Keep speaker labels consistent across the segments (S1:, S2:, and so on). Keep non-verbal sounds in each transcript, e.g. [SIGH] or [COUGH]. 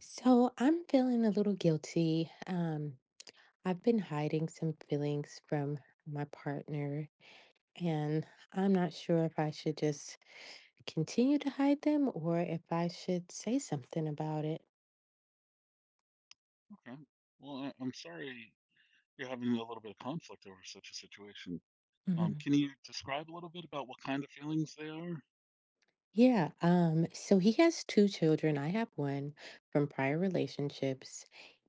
S1: So, I'm feeling a little guilty. I've been hiding some feelings from my partner, and I'm not sure if I should just continue to hide them or if I should say something about it.
S2: Okay. Well, I'm sorry you're having a little bit of conflict over such a situation.
S1: Hmm.
S2: Can you describe a little bit about what kind of feelings they are?
S1: Yeah, so he has two children. I have one from prior relationships.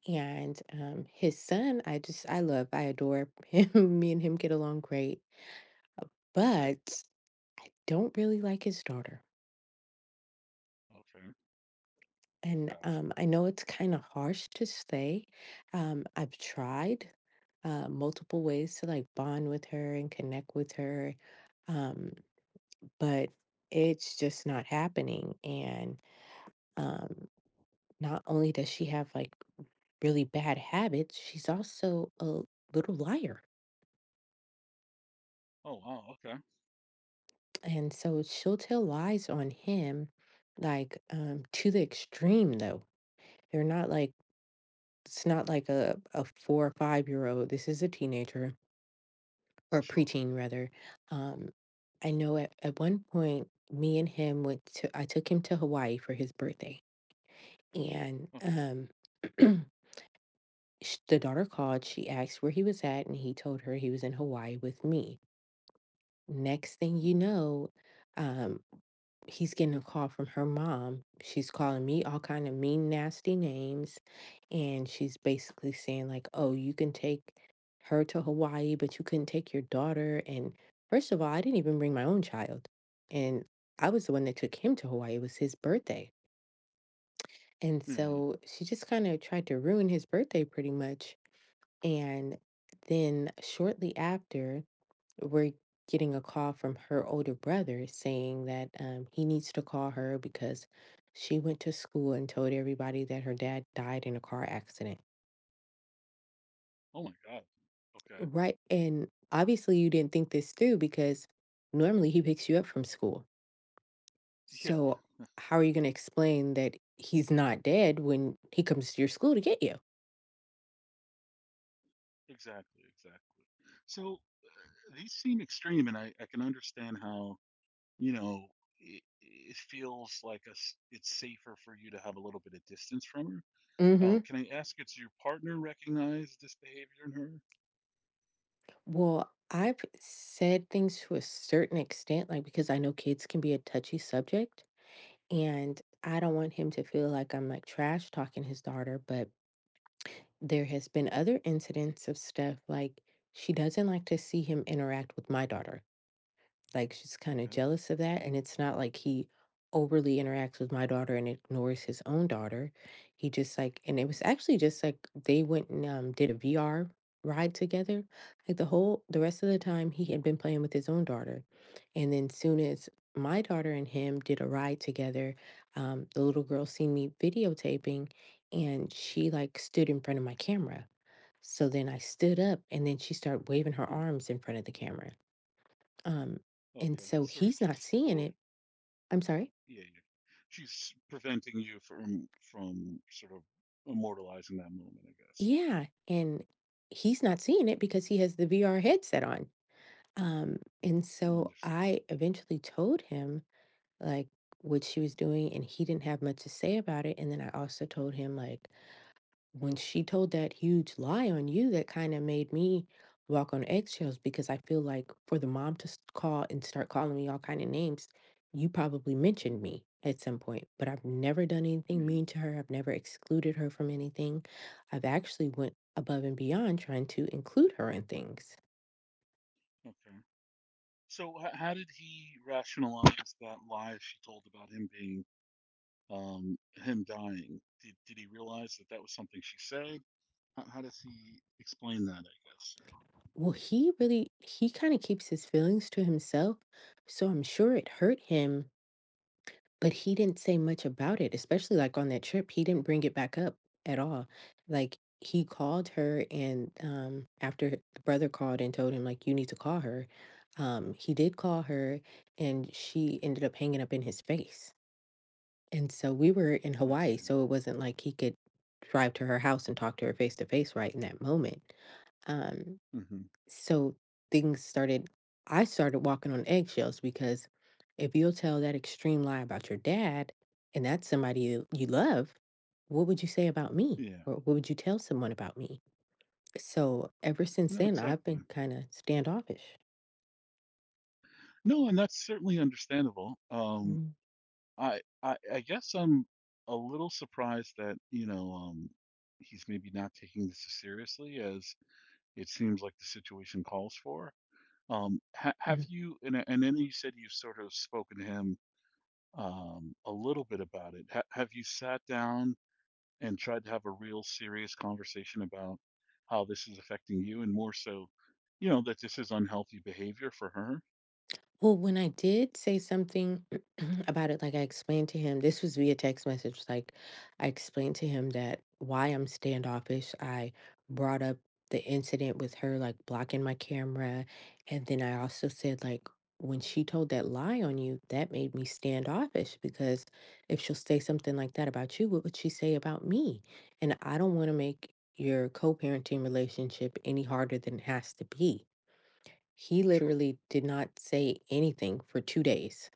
S1: And
S2: Okay.
S1: his son, I love, I adore him. [LAUGHS] Me and him get along great,
S2: Oh, great.
S1: but don't really like his daughter.
S2: Okay.
S1: And
S2: Gotcha.
S1: I know it's kind of harsh to say. I've tried multiple ways to like bond with her and connect with her, um, but it's just not happening. And um, not only does she have like really bad habits, she's also a little liar.
S2: Oh, wow. Okay.
S1: And so she'll tell lies on him, like to the extreme, though. They're not like, it's not like a four or five-year-old. This is a teenager or
S2: Sure.
S1: preteen rather. Um, I know at one point, me and him I took him to Hawaii for his birthday. And
S2: Okay.
S1: um, [CLEARS THROAT] the daughter called, she asked where he was at, and he told her he was in Hawaii with me. Next thing you
S2: Okay.
S1: know, um, he's getting a call from her mom. She's calling me all kind of mean, nasty names, and she's basically saying like, "Oh, you can take her to Hawaii, but you couldn't take your daughter." And first of all, I didn't even bring my own child, and I was the one that took him to Hawaii. It was his birthday, and
S2: Yeah.
S1: so she just kind of tried to ruin his birthday pretty much. And then shortly after we're getting a call from her older brother saying that he needs to call her because she went to school and told everybody that her dad died in a car accident.
S2: Oh my God. Okay.
S1: Right. And obviously, you didn't think this through because normally he picks you up from school.
S2: Yeah.
S1: So, how are
S2: Yeah.
S1: you gonna explain that he's not dead when he comes to your school to get you?
S2: Exactly. Exactly. So these seem extreme, and I can understand how, you know, it feels like a s it's safer for you to have a little bit of distance from her.
S1: Mhm.
S2: Can I ask, if your partner recognize this behavior in her?
S1: Well, I've said things to a certain extent, like, because I know kids can be a touchy subject, and I don't want him to feel like I'm, like, trash talking his daughter, but there has been other incidents of stuff like she doesn't like to see him interact with my daughter. Like, she's kinda
S2: Okay.
S1: jealous of that, and it's not like he overly interacts with my daughter and ignores his own daughter. He just, like and it was
S2: Hmm.
S1: actually just, like, they went and, did a VR ride together. Like, the rest of the
S2: Okay.
S1: time, he had been playing with his own daughter, and then soon as my daughter and him did a ride together, the little girl seen me videotaping, and she, like, stood in front of my camera. So then I stood up, and then she started waving her
S2: Huh.
S1: arms in front of the camera. Um, and
S2: Okay.
S1: so
S2: Sort of
S1: he's
S2: to
S1: not
S2: just
S1: seeing
S2: avoid.
S1: it. I'm sorry.
S2: Yeah, yeah. She's preventing you from sort of immortalizing that moment, I guess.
S1: Yeah. And he's not seeing it because he has the VR headset on. Um, and so
S2: Understood.
S1: I eventually told him like what she was doing, and he didn't have much to say about it. And then I also told him like when she told that huge lie on you, that kind of made me walk on eggshells because I feel like for the mom to call and start calling me all kind of names, you probably mentioned
S2: Mm.
S1: me at some point, but I've never done anything
S2: Yeah.
S1: mean to her. I've never excluded her from anything. I've actually went above and beyond trying to include her in things.
S2: Okay. So how did he rationalize that lie she told about him being him dying? Did he realize that that was something she said? How does he explain that, I guess?
S1: Well, he really he kind of keeps his feelings to himself, so I'm sure it hurt him. But he didn't say much about it, especially, like, on that trip, he didn't bring it back up at all. Like, he called her and, after the brother called and told him, like, "You need to call her," he did call her, and she ended up hanging up in his face. And so we were in
S2: I
S1: Hawaii,
S2: see.
S1: so it wasn't like he could drive to her house and talk to her face to face right in that moment. Um
S2: Hmm.
S1: so things started I started walking on eggshells because if you'll tell that extreme lie about your dad, and that's somebody you love, what would you say about me?
S2: Yeah.
S1: Or what would you tell someone about me? So ever since
S2: No,
S1: then, I've
S2: exactly.
S1: been kind of standoffish.
S2: No, and that's certainly understandable.
S1: Mhm.
S2: I guess I'm a little surprised that, you know, he's maybe not taking this as seriously as it seems like the situation calls for. Ha have you, and then you said you've sort of spoken to him a little bit about it. Ha Have you sat down and tried to have a real serious conversation about how this is affecting you and more so, you know, that this is unhealthy behavior for her?
S1: Well, when I did say something [CLEARS THROAT] about it, like I explained to him, this was via text message. Like I explained to him that why I'm standoffish. I brought up the incident with her, like blocking my camera. And then I also said, like, when she told that lie on you, that made me standoffish because if she'll say something like that about you, what would she say about me? And I don't want to make your co parenting relationship any harder than it has to be. He
S2: Sure.
S1: literally did not say anything for 2 days.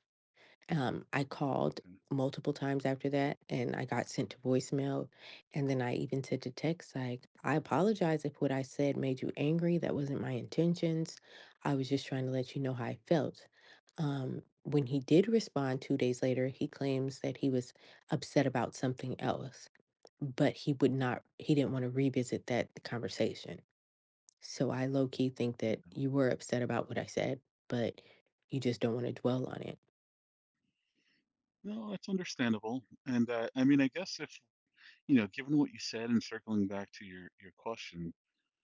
S1: I called
S2: Okay.
S1: multiple times after that, and I got sent to voicemail, and then I even sent a text like, "I apologize if what I said made you angry, that wasn't my intentions. I was just trying to let you know how I felt." When he did respond 2 days later, he claims that he was upset about something else, but he would not he didn't wanna revisit that conversation. So I low key think that you were upset about what I said, but you just don't want to dwell on it.
S2: No, it's understandable. And I mean, I guess if, you know, given what you said and circling back to your question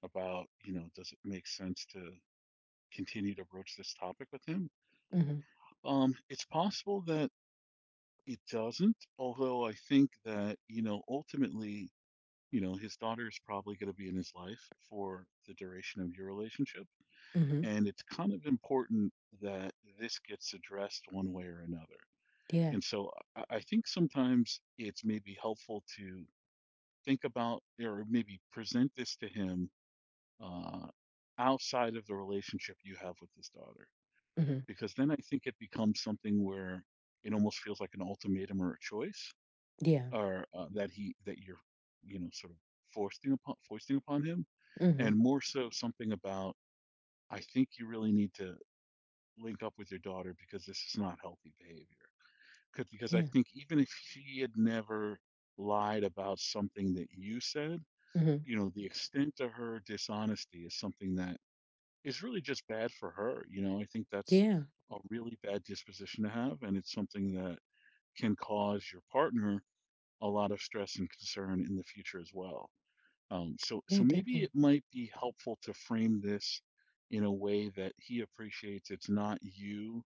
S2: about, you know, does it make sense to continue to broach this topic with him?
S1: Mhm.
S2: It's possible that it doesn't, although I think that, you know, ultimately, you know, his daughter is probably going to be in his life for the duration of your relationship.
S1: Mhm.
S2: And it's kind of important that this gets addressed one way or another.
S1: Yeah.
S2: And so I think sometimes it's maybe helpful to think about or maybe present this to him uh, outside of the relationship you have with his daughter
S1: Mhm.
S2: because then I think it becomes something where it almost feels like an ultimatum or a choice
S1: Yeah.
S2: or that he that you're, you know, sort of forcing upon, foisting upon him, and
S1: Mhm.
S2: more so something about I think you really need to link up with your daughter because this is not healthy behavior. Because I
S1: Yeah.
S2: think even if she had never lied about something that you said,
S1: Mhm.
S2: you know, the extent to her dishonesty is something that is really just bad for her. You know, I think that's
S1: Yeah.
S2: a really bad disposition to have, and it's something that can cause your partner a lot of stress and concern in the future as well. So, so
S1: Yeah,
S2: maybe
S1: definitely.
S2: it might be helpful to frame this in a way that he appreciates it's not you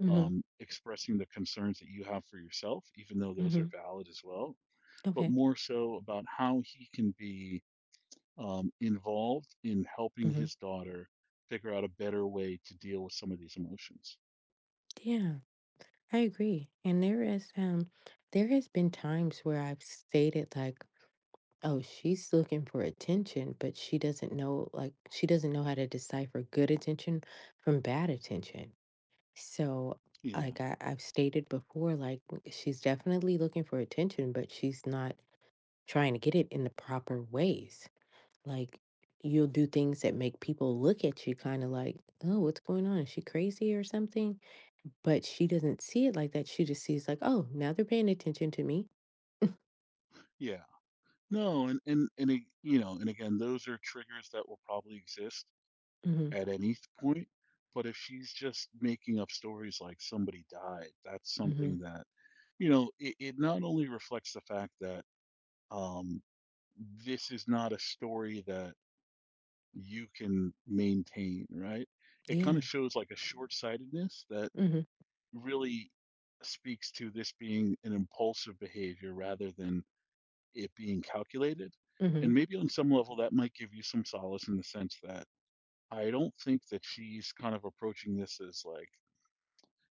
S1: Mhm.
S2: expressing the concerns that you have for yourself, even though those are
S1: Mhm.
S2: valid as well, but
S1: Okay.
S2: more so about how he can be involved in helping
S1: Mhm.
S2: his daughter figure out a better way to deal with some of these emotions.
S1: Yeah. I agree. And there is there has been times where I've stated like, oh, she's looking for attention, but she doesn't know how to decipher good attention from bad attention. So,
S2: Yeah,
S1: I've stated before, like she's definitely looking for attention, but she's not trying to get it in the proper ways. Like you'll do things that make people look at you kind of like, oh, what's going on? Is she crazy or something? But she doesn't see it like that. She just sees like, oh, now they're paying attention to me.
S2: yeah. No, and it, you know, and again, those are triggers that will probably exist
S1: Mm-hmm.
S2: at any point. But if she's just making up stories like somebody died, that's
S1: Mm-hmm.
S2: something that, you know, it not only reflects the fact that um, this is not a story that you can maintain, right? It kind
S1: Yeah.
S2: of shows like a short-sightedness that
S1: Mm-hmm.
S2: really speaks to this being an impulsive behavior rather than it being calculated.
S1: Mm-hmm.
S2: And maybe on some level, that might give you some solace in the sense that I don't think that she's kind of approaching this as like,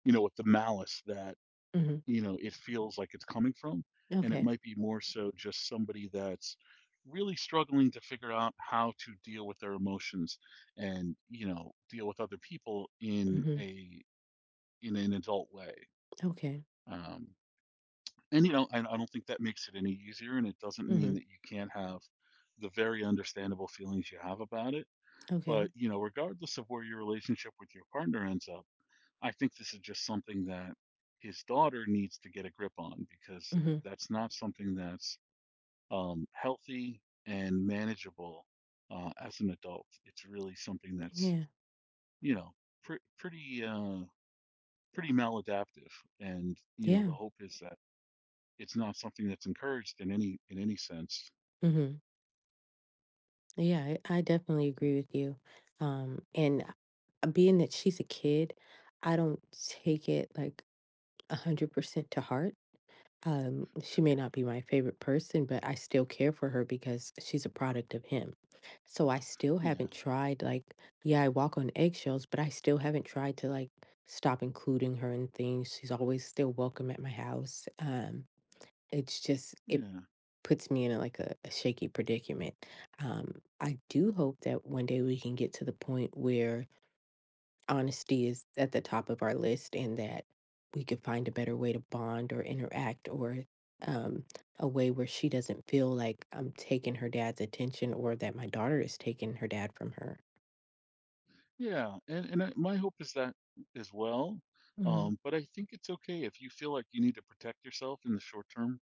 S2: you know, with the malice that,
S1: Mm-hmm.
S2: you know, it feels like it's coming from. And it
S1: Okay.
S2: might be more so just somebody that's really struggling to figure out how to deal with their emotions and, you know, deal with other people in
S1: Mm-hmm.
S2: a in an adult way.
S1: Okay.
S2: Um, And, you know, and I don't think that makes it any easier, and it doesn't
S1: Mm-hmm.
S2: mean that you can't have the very understandable feelings you have about it.
S1: Okay.
S2: But, you know, regardless of where your relationship with your partner ends up, I think this is just something that his daughter needs to get a grip on because
S1: Mm-hmm.
S2: that's not something that's healthy and manageable as an adult. It's really something that's,
S1: Yeah.
S2: you know, pretty, pretty maladaptive. And, you know, the
S1: Yeah.
S2: hope is that it's not something that's encouraged in any sense.
S1: Mm-hmm. Yeah, I definitely agree with you. And being that she's a kid, I don't take it like 100% to heart. She may
S2: Sure.
S1: not be my favorite person, but I still care for her because she's a product of him. So I still
S2: Yeah.
S1: haven't tried like, yeah, I walk on eggshells, but I still haven't tried to like stop including her in things. She's always still welcome at my house. It's just it
S2: Yeah.
S1: puts me in like a shaky predicament. Um, I do hope that one day we can get to the point where honesty is at the top of our list and that we could find a better way to bond or interact or um, a way where she doesn't feel like I'm taking her dad's attention or that my daughter is taking her dad from her.
S2: Yeah. And I, my hope is that as well.
S1: Hmm.
S2: But I think it's okay if you feel like you need to protect yourself in the short term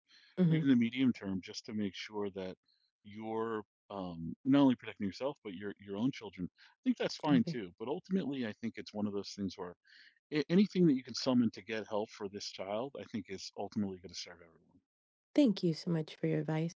S2: or
S1: Hmm.
S2: even the medium term, just to make sure that you're not only protecting yourself but your own children. I think that's fine
S1: Okay.
S2: too. But ultimately, I think it's one of those things where anything that you can summon to get help for this child, I think, is ultimately going to serve everyone.
S1: Thank you so much for your advice.